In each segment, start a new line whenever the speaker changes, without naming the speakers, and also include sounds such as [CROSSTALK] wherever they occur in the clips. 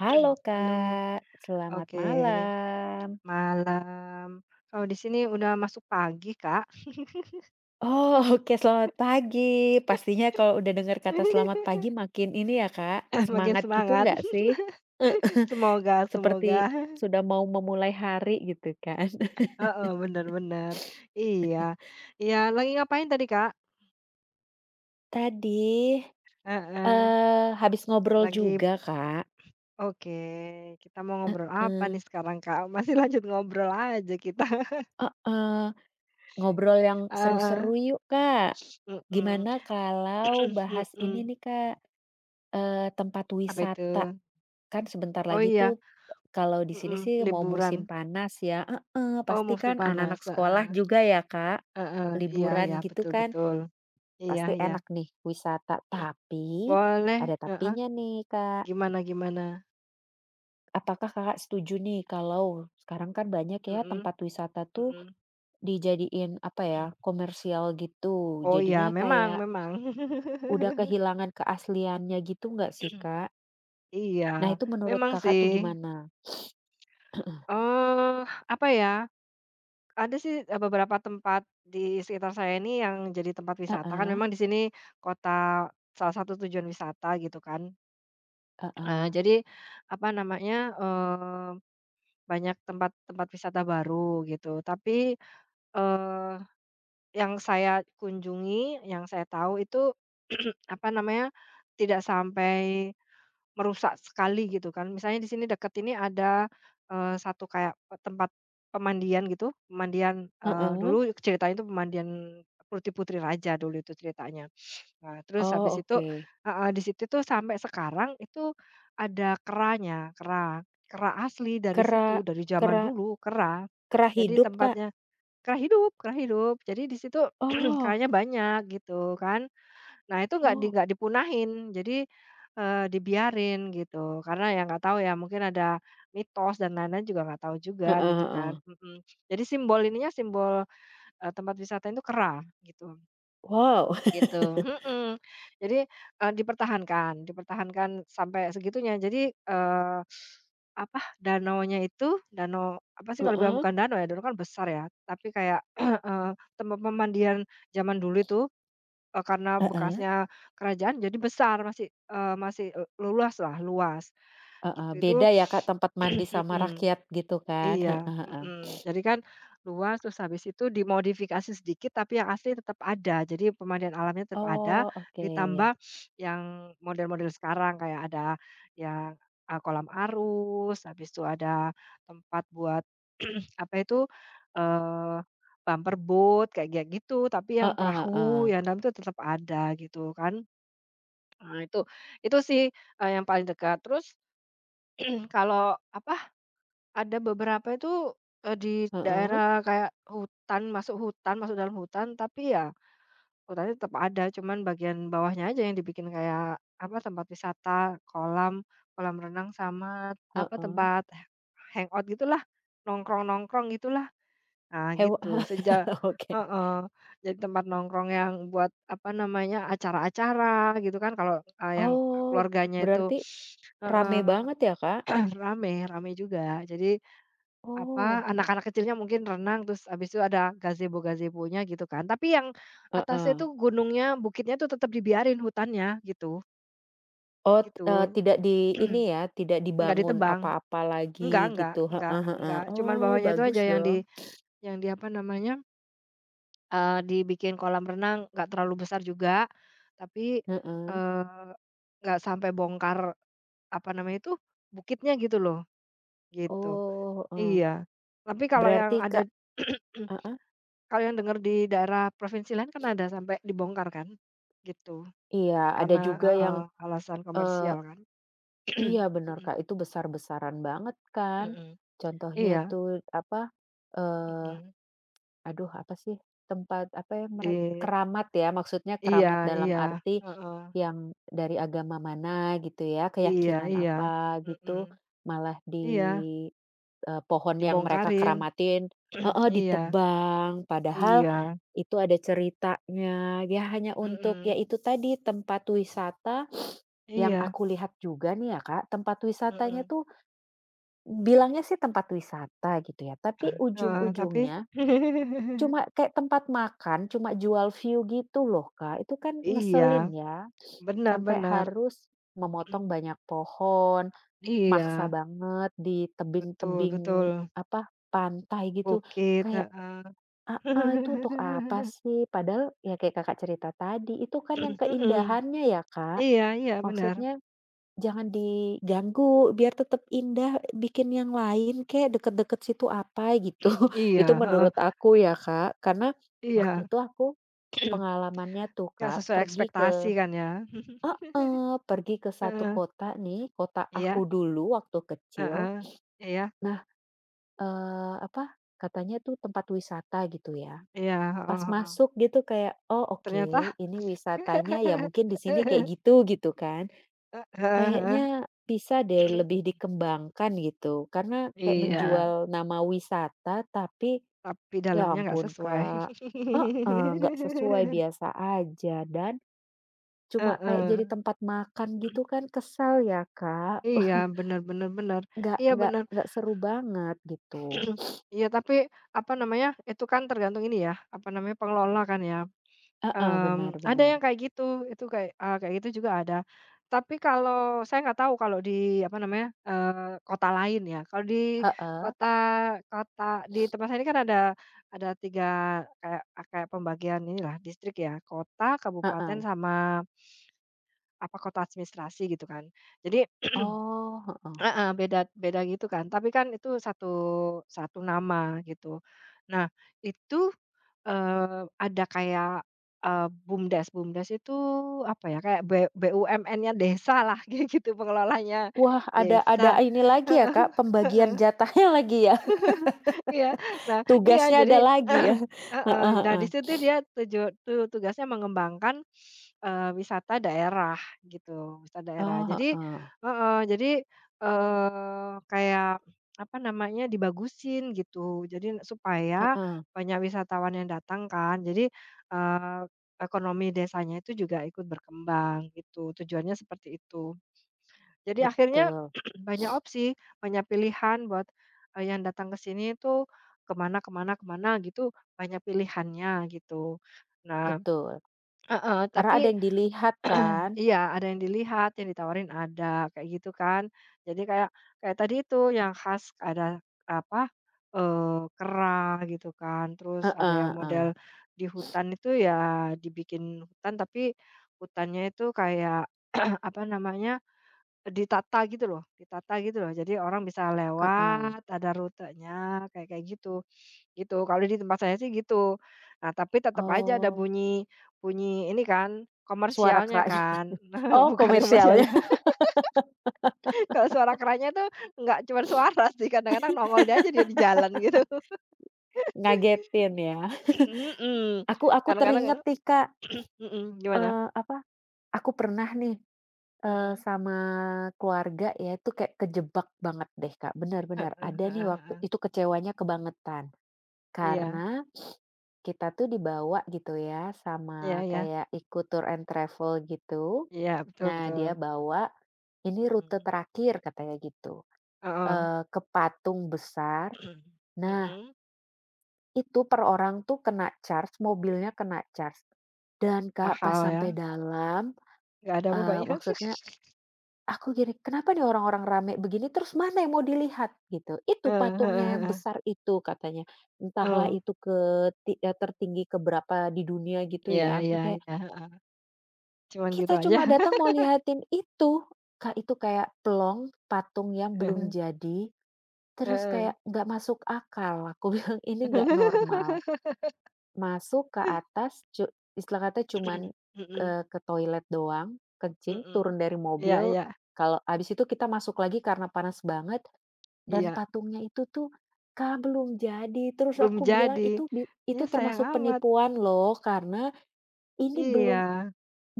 Halo
[CLEARS THROAT] Halo,
Kak, selamat
oke,
malam.
malam. Kalau di sini udah masuk pagi, Kak.
Oh, [LAUGHS] oke, selamat pagi. Pastinya kalau udah dengar kata selamat
[LAUGHS]
pagi makin ini ya Kak,
Makin
semangat gitu
semangat.
nggak sih?
[LAUGHS]
[LAUGHS]
Semoga
Seperti
semoga. [LAUGHS]
sudah mau memulai hari gitu kan. [LAUGHS]
Heeh, benar-benar, iya. Iya, lagi ngapain tadi, Kak?
Tadi,
Heeh,
habis ngobrol
lagi
juga Kak.
oke, kita mau ngobrol apa
eee
nih sekarang, Kak? Masih lanjut ngobrol aja kita. [LAUGHS]
heeh, ngobrol yang
Heeh,
seru-seru yuk Kak.
mhm,
Gimana kalau bahas ini
mhm. [CLEARS THROAT]
nih Kak, tempat
Apa itu?
wisata? Kan sebentar
Oh
lagi
iya,
tuh, kalau di sini
mhm,
sih mau
liburan.
musim panas ya heeh,
Oh,
pasti
musim
kan
panas,
anak-anak sekolah juga ya, Kak,
heeh, iya iya,
liburan gitu
betul
kan,
betul. Iya
pasti
iya,
enak nih wisata. Tapi,
boleh
ada
heeh,
tapinya nih, Kak.
gimana gimana?
Apakah Kakak setuju nih kalau sekarang kan banyak ya
Mhm
tempat wisata tuh
mhm.
dijadiin, apa ya, komersial gitu.
Oh iya,
Jadinya
memang
kayak
memang. [LAUGHS]
udah kehilangan keasliannya gitu nggak sih,
[CLEARS THROAT]
Kak? Nah,
Iya,
itu menurut
memang
Kakak tuh
sih,
gimana?
eee, apa ya, ada sih, beberapa tempat di sekitar saya ini yang jadi tempat wisata kan
Heeh,
memang di sini kota salah satu tujuan wisata gitu kan.
heeh,
Jadi apa namanya, eee, banyak tempat-tempat wisata baru gitu tapi, eee yang saya kunjungi, yang saya tahu itu, [CLEARS THROAT] apa namanya, tidak sampai merusak sekali gitu kan. Misalnya di sini dekat ini ada, satu kayak tempat pemandian gitu, pemandian,
heeh.
dulu ceritanya itu pemandian putri-putri raja dulu itu ceritanya. Nah, terus habis
Oh,
itu
oke.
heeh, di situ tuh sampai sekarang itu ada keranya, kera kera asli dari
Kera,
situ, dari zaman
kera,
dulu kera.
kera
Jadi
hidup, Kak.
tempatnya kerah hidup kerah hidup. Jadi di situ [CLEARS THROAT]
Oh,
kerahnya banyak gitu kan. Nah itu
oh.
nggak dipunahin. Jadi, dibiarin gitu. Karena ya nggak tahu ya mungkin ada mitos dan lain-lain juga nggak tahu juga
Heeh,
gitu
heeh.
kan, mhm. Jadi simbol ininya, simbol, tempat wisata itu kerah gitu.
Wow.
Gitu, mhm. Jadi, dipertahankan dipertahankan sampai segitunya. Jadi, apa, danaunya itu, danau apa sih
[LAUGHS]
kalau bilang
Heeh.
bukan danau ya, danau kan besar ya, tapi kayak, [CLEARS THROAT] eee, tempat pemandian zaman dulu itu, karena
Heeh,
bekasnya kerajaan jadi besar, masih, luas lah luas
heeh.
gitu. Itu
Beda ya, Kak, tempat mandi sama
[CLEARS THROAT]
rakyat gitu kan.
iya,
Heeh, heeh.
mhm. Jadi kan luas, terus habis itu dimodifikasi sedikit, tapi yang asli tetap ada. Jadi pemandian alamnya tetap ada,
Oh, oke.
ditambah yang model-model sekarang kayak ada yang, kolam arus, habis itu ada tempat buat [CLEARS THROAT] apa itu, eee, bumper boat kayak kayak gitu, tapi yang
Heeh,
perahu
heeh.
yang dalam itu tetap ada gitu kan. Nah itu sih, yang paling dekat. Terus [CLEARS THROAT] kalau apa ada beberapa itu, di
Heeh.
daerah kayak hutan, masuk dalam hutan, tapi ya hutannya tetap ada, cuman bagian bawahnya aja yang dibikin kayak, apa, tempat wisata, kolam kolam renang sama, apa,
Heeh.
tempat hangout gitulah, nongkrong-nongkrong gitulah. Nah,
Hewa,
gitu, sejak
[LAUGHS] oke.
heeh, jadi tempat nongkrong yang buat, apa namanya, acara-acara gitu kan, kalau, yang
Oh,
keluarganya itu
berarti rame
heeh,
banget ya, Kak?
[CLEARS THROAT] rame rame juga. Jadi
Oh.
apa, anak-anak kecilnya mungkin renang, terus abis itu ada gazebo-gazebonya gitu kan. Tapi yang atasnya
Heeh.
itu gunungnya, bukitnya itu tetap dibiarin hutannya gitu,
Oh,
gitu.
tidak di
[CLEARS THROAT]
ini ya, tidak
nggak
dibangun
ditebang.
apa-apa lagi gitu. Heeh, heeh.
Enggak, cuman
Oh,
bawahnya itu aja
bagus
yang
dong.
di apa namanya, dibikin kolam renang, nggak terlalu besar juga, tapi,
Heeh.
eee, enggak sampai bongkar, apa namanya itu, bukitnya gitu loh, gitu.
Oh, heeh.
Iya. Tapi kalau yang
Berarti
ada
Kak,
[CLEARS THROAT]
heeh,
kalau yang denger di daerah provinsi lain kan ada sampai dibongkar kan, gitu.
iya ada
Karena
juga yang,
heeh, alasan
eee,
komersial kan.
iya
[CLEARS THROAT]
bener
Mhm
Kak itu besar-besaran banget kan.
mhm.
Contohnya
Iya,
tuh apa, eee,
mhm.
aduh apa sih tempat apa ya
Di
keramat ya maksudnya
iya
keramat dalam
iya,
arti
heeh.
yang dari agama mana gitu ya,
Iya
keyakinan apa
iya,
gitu,
mhm.
malah di
Iya,
pohon yang mereka
dibongkarin.
keramatin, heeh,
[CLEARS THROAT] Iya
ditebang padahal.
iya,
Itu ada ceritanya, ya hanya untuk ya
mhm.
itu tadi, tempat wisata yang
Iya,
aku lihat juga nih ya, Kak. Tempat wisatanya
mhm.
tuh bilangnya sih tempat wisata gitu ya, tapi
Heeh, tapi
ujung-ujungnya
[LAUGHS]
cuma kayak tempat makan, cuma jual view gitu loh, Kak. Itu kan ngeselin
iya,
ya,
benar
sampai
benar.
harus
[CLEARS THROAT]
memotong banyak pohon,
Iya,
maksa banget di
betul
tebing-tebing,
betul.
apa, pantai gitu.
Bukit,
Kayak,
heeh. [LAUGHS]
heeh, itu untuk apa
Mhm
sih? Padahal ya kayak Kakak cerita tadi, itu kan yang
mhm.
keindahannya ya, Kak.
Iya iya, benar.
Maksudnya jangan diganggu, biar tetap indah, bikin yang lain kayak deket-deket situ apa gitu.
[CLEARS THROAT]
[LAUGHS] Itu
Iya, heeh,
menurut aku ya, Kak. Karena waktu
iya,
itu aku pengalamannya tuh,
nggak
Kak,
sesuai
pergi ke
ekspektasi kan ya.
heeh, pergi ke satu
Heeh,
kota nih, kota
iya,
aku dulu waktu kecil.
heeh, iya
Nah, apa, katanya tuh tempat wisata gitu ya.
iya,
Pas
heeh heeh.
masuk gitu kayak, "Oh,
Ternyata
oke, ini wisatanya ya mungkin di sini kayak
[LAUGHS]
gitu," gitu kan.
heeh heeh.
Kayaknya bisa deh lebih
[CLEARS THROAT]
dikembangkan gitu, karena kayak
Iya,
menjual nama wisata tapi
tapi
ya
dalamnya nggak
ampun
sesuai.
Kak, heeh, nggak sesuai,
[LAUGHS]
biasa aja dan cuma kayak jadi
Heeh,
tempat makan gitu kan, kesal ya Kak.
iya,
[LAUGHS]
benar-benar benar. Benar.
nggak
Iya,
nggak
benar.
nggak seru banget gitu.
[CLEARS THROAT] Iya, tapi apa namanya, itu kan tergantung ini ya, apa namanya, pengelola kan ya.
Heeh, benar
Mmm, ada
benar.
yang kayak gitu, itu kayak kayak gitu juga ada. Tapi kalau saya nggak tahu kalau di apa namanya, kota lain ya. Kalau di
Heeh,
kota kota di tempat saya ini kan ada 3 kayak ah, kayak pembagian inilah distrik ya, kota, kabupaten,
heeh.
sama apa kota administrasi gitu kan. Jadi [CLEARS THROAT]
Oh, heeh.
heeh, beda beda gitu kan, tapi kan itu satu satu nama gitu. Nah, itu, ada kayak, BUMDes, BUMDes itu apa ya, kayak BUMN-nya desa lah, [LAUGHS] kayak gitu pengelolanya
Wah,
desa.
ada ini lagi ya,
Heeh
Kak, pembagian
heeh.
jatahnya [LAUGHS] lagi ya?
Iya. Nah, iya
Tugasnya
jadi
ada lagi ya?
[CLEARS THROAT] heeh,
Heeh,
nah
heeh.
di situ dia tuju tu tugasnya mengembangkan, wisata daerah gitu, wisata daerah.
Oh,
Jadi
heeh.
heeh, jadi, kayak apa namanya, dibagusin gitu. Jadi supaya
Heeh.
banyak wisatawan yang datang kan. Jadi, eee, ekonomi desanya itu juga ikut berkembang gitu, tujuannya seperti itu. Jadi akhirnya
Betul
[CLEARS THROAT] banyak opsi, banyak pilihan buat, yang datang ke sini itu kemana-kemana-kemana gitu, banyak pilihannya gitu. Nah
betul.
heeh,
Karena ada
tapi
yang dilihat kan?
iya ada yang dilihat, yang ditawarin ada, kayak gitu kan. Jadi kayak kayak tadi itu yang khas ada apa, kera gitu kan, terus
Heeh,
ada yang
heeh.
model di hutan itu ya dibikin hutan, tapi hutannya itu kayak [CLEARS THROAT] apa namanya ditata gitu loh ditata gitu loh. Jadi orang bisa
Heeh.
lewat, ada rutenya, kayak kayak gitu, gitu. Kalau di tempat saya sih gitu. Nah, tapi tetap aja ada
Oh,
bunyi bunyi ini kan,
suara
komersialnya
keraknya.
kan. [LAUGHS]
Oh,
Bukan
komersialnya.
komersialnya, [LAUGHS] kalau suara keranya tuh nggak cuma suara sih, kadang-kadang nongol dia aja dia di jalan gitu.
Ngagetin ya.
[CLEARS THROAT] Mhm.
Aku
Kadang-kadang
teringat nih, Kak,
mhm, gimana?
apa, aku pernah nih,
Mhm.
sama keluarga ya, itu kayak kejebak banget deh, Kak. Benar
Heeh
benar,
heeh
ada nih waktu
heeh.
itu kecewanya kebangetan.
Iya.
Karena kita tuh dibawa gitu ya
Iya
sama
iya.
kayak ikut tour and travel gitu.
Iya, betul
Nah,
betul.
dia bawa, "Ini rute
Mhm.
terakhir," katanya gitu,
Heeh.
ke patung besar.
[CLEARS THROAT]
Nah,
Mhm.
itu per orang tuh kena charge, mobilnya kena charge. Dan Kak, pas
Mahal
sampai
ya.
dalam,
Nggak ada apa-apa
maksudnya
[LAUGHS]
aku gini, "Kenapa nih orang-orang rame begini, terus mana yang mau dilihat?" Gitu. "Itu
heeh heeh
patungnya yang
heeh.
besar itu," katanya. Entahlah
Oh,
itu tertinggi keberapa di dunia gitu
iya
ya. Aku
iya
kayak,
iya, heeh. Cuman
kita
gitu aja.
cuma datang mau lihatin itu, Kak, itu kayak pelong, patung yang belum
[LAUGHS]
jadi, terus
Heeh.
kayak nggak masuk akal, aku [LAUGHS] bilang, "Ini nggak normal."
[LAUGHS]
Masuk ke atas istilah kata cuman,
Mhm
ke toilet doang, kencing,
mhm.
turun dari
Iya
mobil,
iya
kalau habis itu kita masuk lagi karena panas banget dan
iya.
patungnya itu tuh, Kak, belum jadi. Terus
Belum
aku bilang,
jadi.
"Itu
Ya sayang
termasuk
amat.
penipuan loh, karena ini belum."
Iya,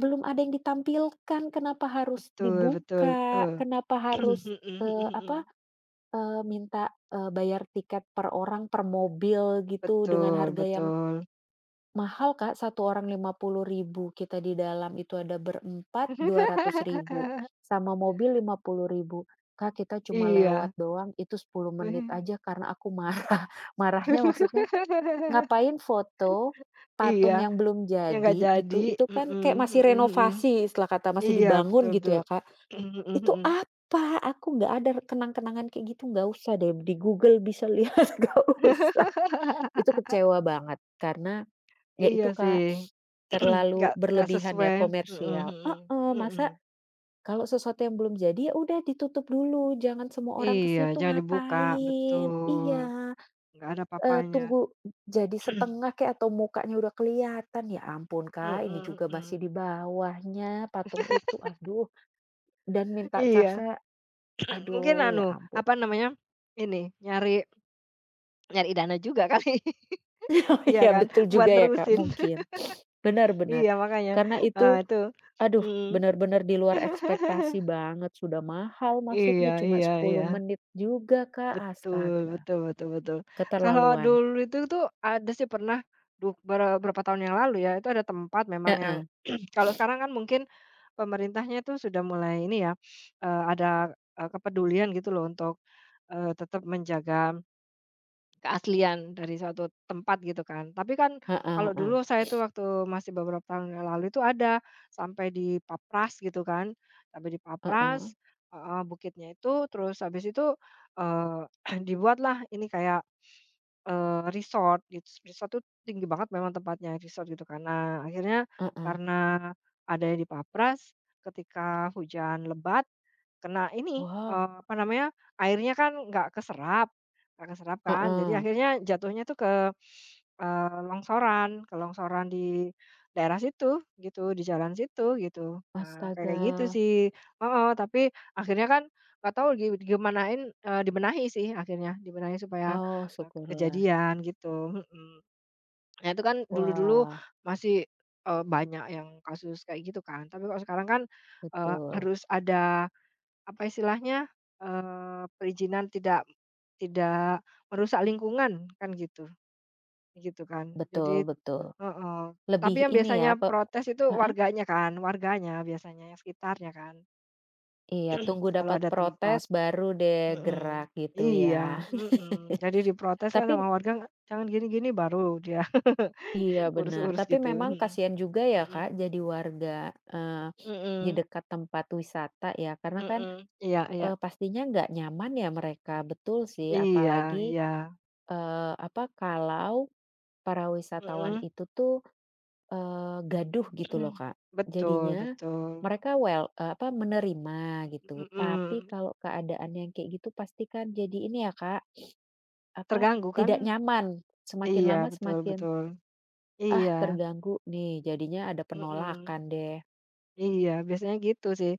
Belum ada yang ditampilkan, kenapa harus
betul betul
dibuka,
betul.
kenapa harus,
[CLEARS THROAT] Mhm mhm mhm.
apa, minta, bayar tiket per orang, per mobil gitu dengan
Betul
harga yang
betul.
mahal, Kak, satu orang 50.000, kita di dalam itu ada berempat, 200.000,
[LAUGHS]
sama mobil 50.000, Kak, kita cuma
Iya.
lewat doang itu 10 menit
Wih.
aja karena aku marah. [LAUGHS] Marahnya maksudnya,
[LAUGHS]
ngapain foto
Iya,
patung yang belum
ya nggak
jadi
jadi.
gitu, itu kan
Mhm
kayak masih
mhm mhm.
renovasi istilah kata, masih
Iya, betul
dibangun gitu
betul.
ya, Kak.
[CLEARS THROAT] Mhm
Itu
mhm.
apa? Aku nggak ada kenang-kenangan kayak gitu, nggak usah deh, di Google bisa lihat, [LAUGHS] nggak usah. Itu kecewa banget karena ya
Iya
itu,
sih.
Kak,
[CLEARS THROAT]
terlalu
Nggak
berlebihan ya,
sesuai. Mhm
komersial,
mhm.
heeh,
Mhm.
masa kalau sesuatu yang belum jadi, ya udah ditutup dulu, jangan semua orang ke
Iya,
situ,
jangan dibuka,
ngapain?
betul.
Iya.
Nggak ada papanya.
Tunggu jadi setengah
[CLEARS THROAT]
kek atau mukanya udah kelihatan, ya ampun Kak, ini
Mhm
juga masih di
mhm.
bawahnya patung itu, aduh, dan minta
Iya.
charge-nya,
[CLEARS THROAT] Mungkin
aduh ya
anu,
ampun.
apa namanya, ini, nyari nyari dana juga kali. [LAUGHS]
[LAUGHS]
Iya
Ya,
kan?
betul juga
Buat
ya Kak,
nerusin. [LAUGHS]
mungkin. Benar benar,
Iya, makanya.
karena itu,
Itu.
aduh,
Mhm.
benar-benar di luar ekspektasi banget, sudah mahal masuknya
Iya
cuma
iya
10
iya.
menit juga Kak,
Betul
astaga,
betul betul betul. Kalau
keterlaluan.
dulu itu tuh ada sih pernah ber berapa tahun yang lalu ya, itu ada tempat memang yang
Heeh,
[CLEARS THROAT] kalau sekarang kan mungkin pemerintahnya tuh sudah mulai ini ya, ada, kepedulian gitu loh untuk, tetap menjaga keaslian dari suatu tempat gitu kan. Tapi kan
heeh
kalau
heeh,
dulu saya itu waktu masih beberapa tahun yang lalu itu ada sampai di papras gitu kan, sampai di
heeh,
papras, heeh, bukitnya itu terus habis itu, eee, [CLEARS THROAT] dibuatlah ini kayak, resort gitu, resort tuh tinggi banget memang tempatnya, resort gitu kan. Nah akhirnya
heeh.
karena adanya di papras, ketika hujan lebat kena ini,
Wah,
apa namanya, airnya kan nggak keserap kan, jadi
heeh,
akhirnya jatuhnya tuh ke, longsoran ke longsoran di daerah situ gitu, di jalan situ gitu. Nah, kayak
astaga.
kayak gitu sih heeh, tapi akhirnya kan nggak tahu gimanain, dibenahi sih akhirnya, dibenahi supaya
Oh,
nggak
syukurlah.
kejadian gitu, mhm. Nah, itu kan dulu-dulu
Wah,
masih, banyak yang kasus kayak gitu kan, tapi kalau sekarang kan,
betul.
harus ada apa istilahnya, perizinan tidak tidak merusak lingkungan, kan gitu gitu kan. Jadi
Betul betul.
heeh, tapi
Lebih
yang
ini
biasanya
ya,
protes itu
heeh,
warganya kan, warganya biasanya, yang sekitarnya kan,
iya,
[CLEARS THROAT]
tunggu
kalau
dapat
ada
protes
tempat.
baru deh
Mhm.
gerak gitu
Iya,
ya. [LAUGHS]
mhm. Jadi diprotes kan
Tapi
sama warga, "Jangan gini-gini," baru dia [LAUGHS]
iya benar.
urus-urus
Tapi
gitu.
memang
Mhm
kasihan juga ya,
mhm
Kak, jadi warga, eee, di
mhm
dekat tempat wisata ya, karena kan,
mhm. Iya iya.
pastinya nggak nyaman ya mereka, betul sih.
Iya
Apalagi,
iya.
apa, kalau para
Mhm
wisatawan
mhm.
itu tuh gaduh gitu loh,
[CLEARS THROAT]
Kak.
Betul
Jadinya
betul.
mereka well, apa, menerima gitu, tapi
Mhm.
kalau keadaan yang kayak gitu pasti kan jadi ini ya, Kak, apa,
Terganggu kan?
tidak nyaman. Semakin
Iya,
lama
betul
semakin,
betul.
"Ah,
Iya,
terganggu nih." Jadinya ada
mhm,
penolakan deh.
iya, biasanya gitu sih.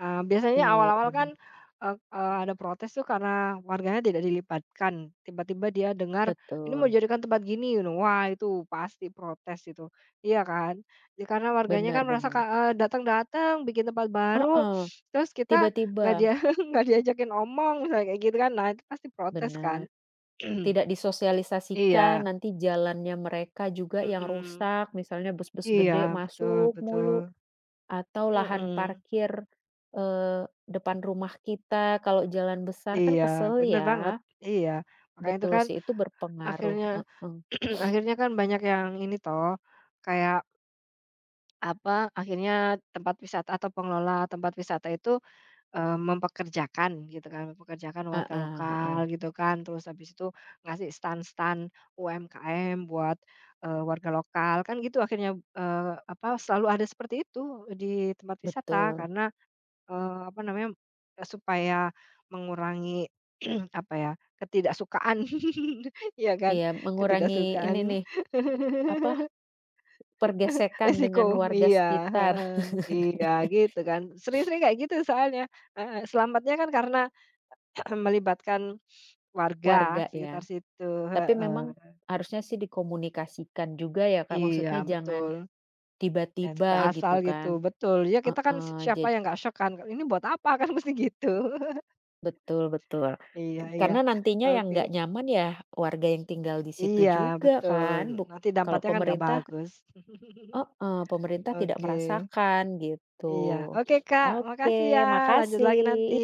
Biasanya
Iya,
awal-awal kan,
benar.
eee eee, ada protes tuh karena warganya tidak dilibatkan, tiba-tiba dia dengar, "Ini mau
Betul.
dijadikan tempat gini," gitu. Wah, itu pasti protes itu, iya kan? Ya karena warganya kan
Benar-benar,
merasa
bener.
datang-datang bikin tempat baru,
Heeh,
terus kita
tiba-tiba
nggak dia [LAUGHS] nggak diajakin ngomong, misalnya kayak gitu kan. Nah, itu pasti protes kan?
benar,
[CLEARS THROAT]
tidak
Iya,
disosialisasikan, nanti jalannya mereka juga yang
mhm.
rusak, misalnya bus-bus
Iya,
gede
betul
masuk
betul.
mulu. Atau lahan
Mhm.
parkir, depan rumah kita kalau jalan besar kan
Iya,
kesel
bener banget,
ya.
iya. Makanya itu
Betul
kan
sih itu berpengaruh,
akhirnya
heeh.
[CLEARS THROAT] akhirnya kan banyak yang ini toh, kayak, apa, akhirnya tempat wisata atau pengelola tempat wisata itu, mempekerjakan gitu kan, mempekerjakan warga
Heeh heeh,
lokal gitu kan, terus habis itu ngasih stan-stan UMKM buat, warga lokal, kan gitu akhirnya, apa, selalu ada seperti itu di tempat wisata
betul.
karena apa namanya, supaya mengurangi [CLEARS THROAT] apa ya, ketidaksukaan [LAUGHS] iya kan,
Iya, mengurangi ini
ketidaksukaan
nih,
[LAUGHS]
apa, pergesekan
resiko
dengan warga
iya,
sekitar,
heeh,
[LAUGHS]
iya gitu kan, sering-sering kayak gitu soalnya, heeh, selamatnya kan karena [CLEARS THROAT] melibatkan warga
warga ya.
sekitar situ,
Tapi memang
heeh,
harusnya sih dikomunikasikan juga ya Kak,
iya
maksudnya jangan
betul, jangan sampai
tiba-tiba
asal
gitu
gitu,
kan.
betul, ya kita kan
Heeh,
siapa yang nggak shock kan, ini buat apa kan [LAUGHS] mesti gitu, [LAUGHS]
betul betul.
iya iya,
Karena nantinya yang
oke.
nggak nyaman ya warga yang tinggal di situ
Iya,
juga
betul.
kan,
Nanti
kalau
dampaknya kan nggak
pemerintah,
bagus. [LAUGHS]
heeh, pemerintah tidak
Oke.
merasakan gitu.
Iya. Oke, Kak, makasih ya,
Oke,
lanjut lagi nanti.
makasih.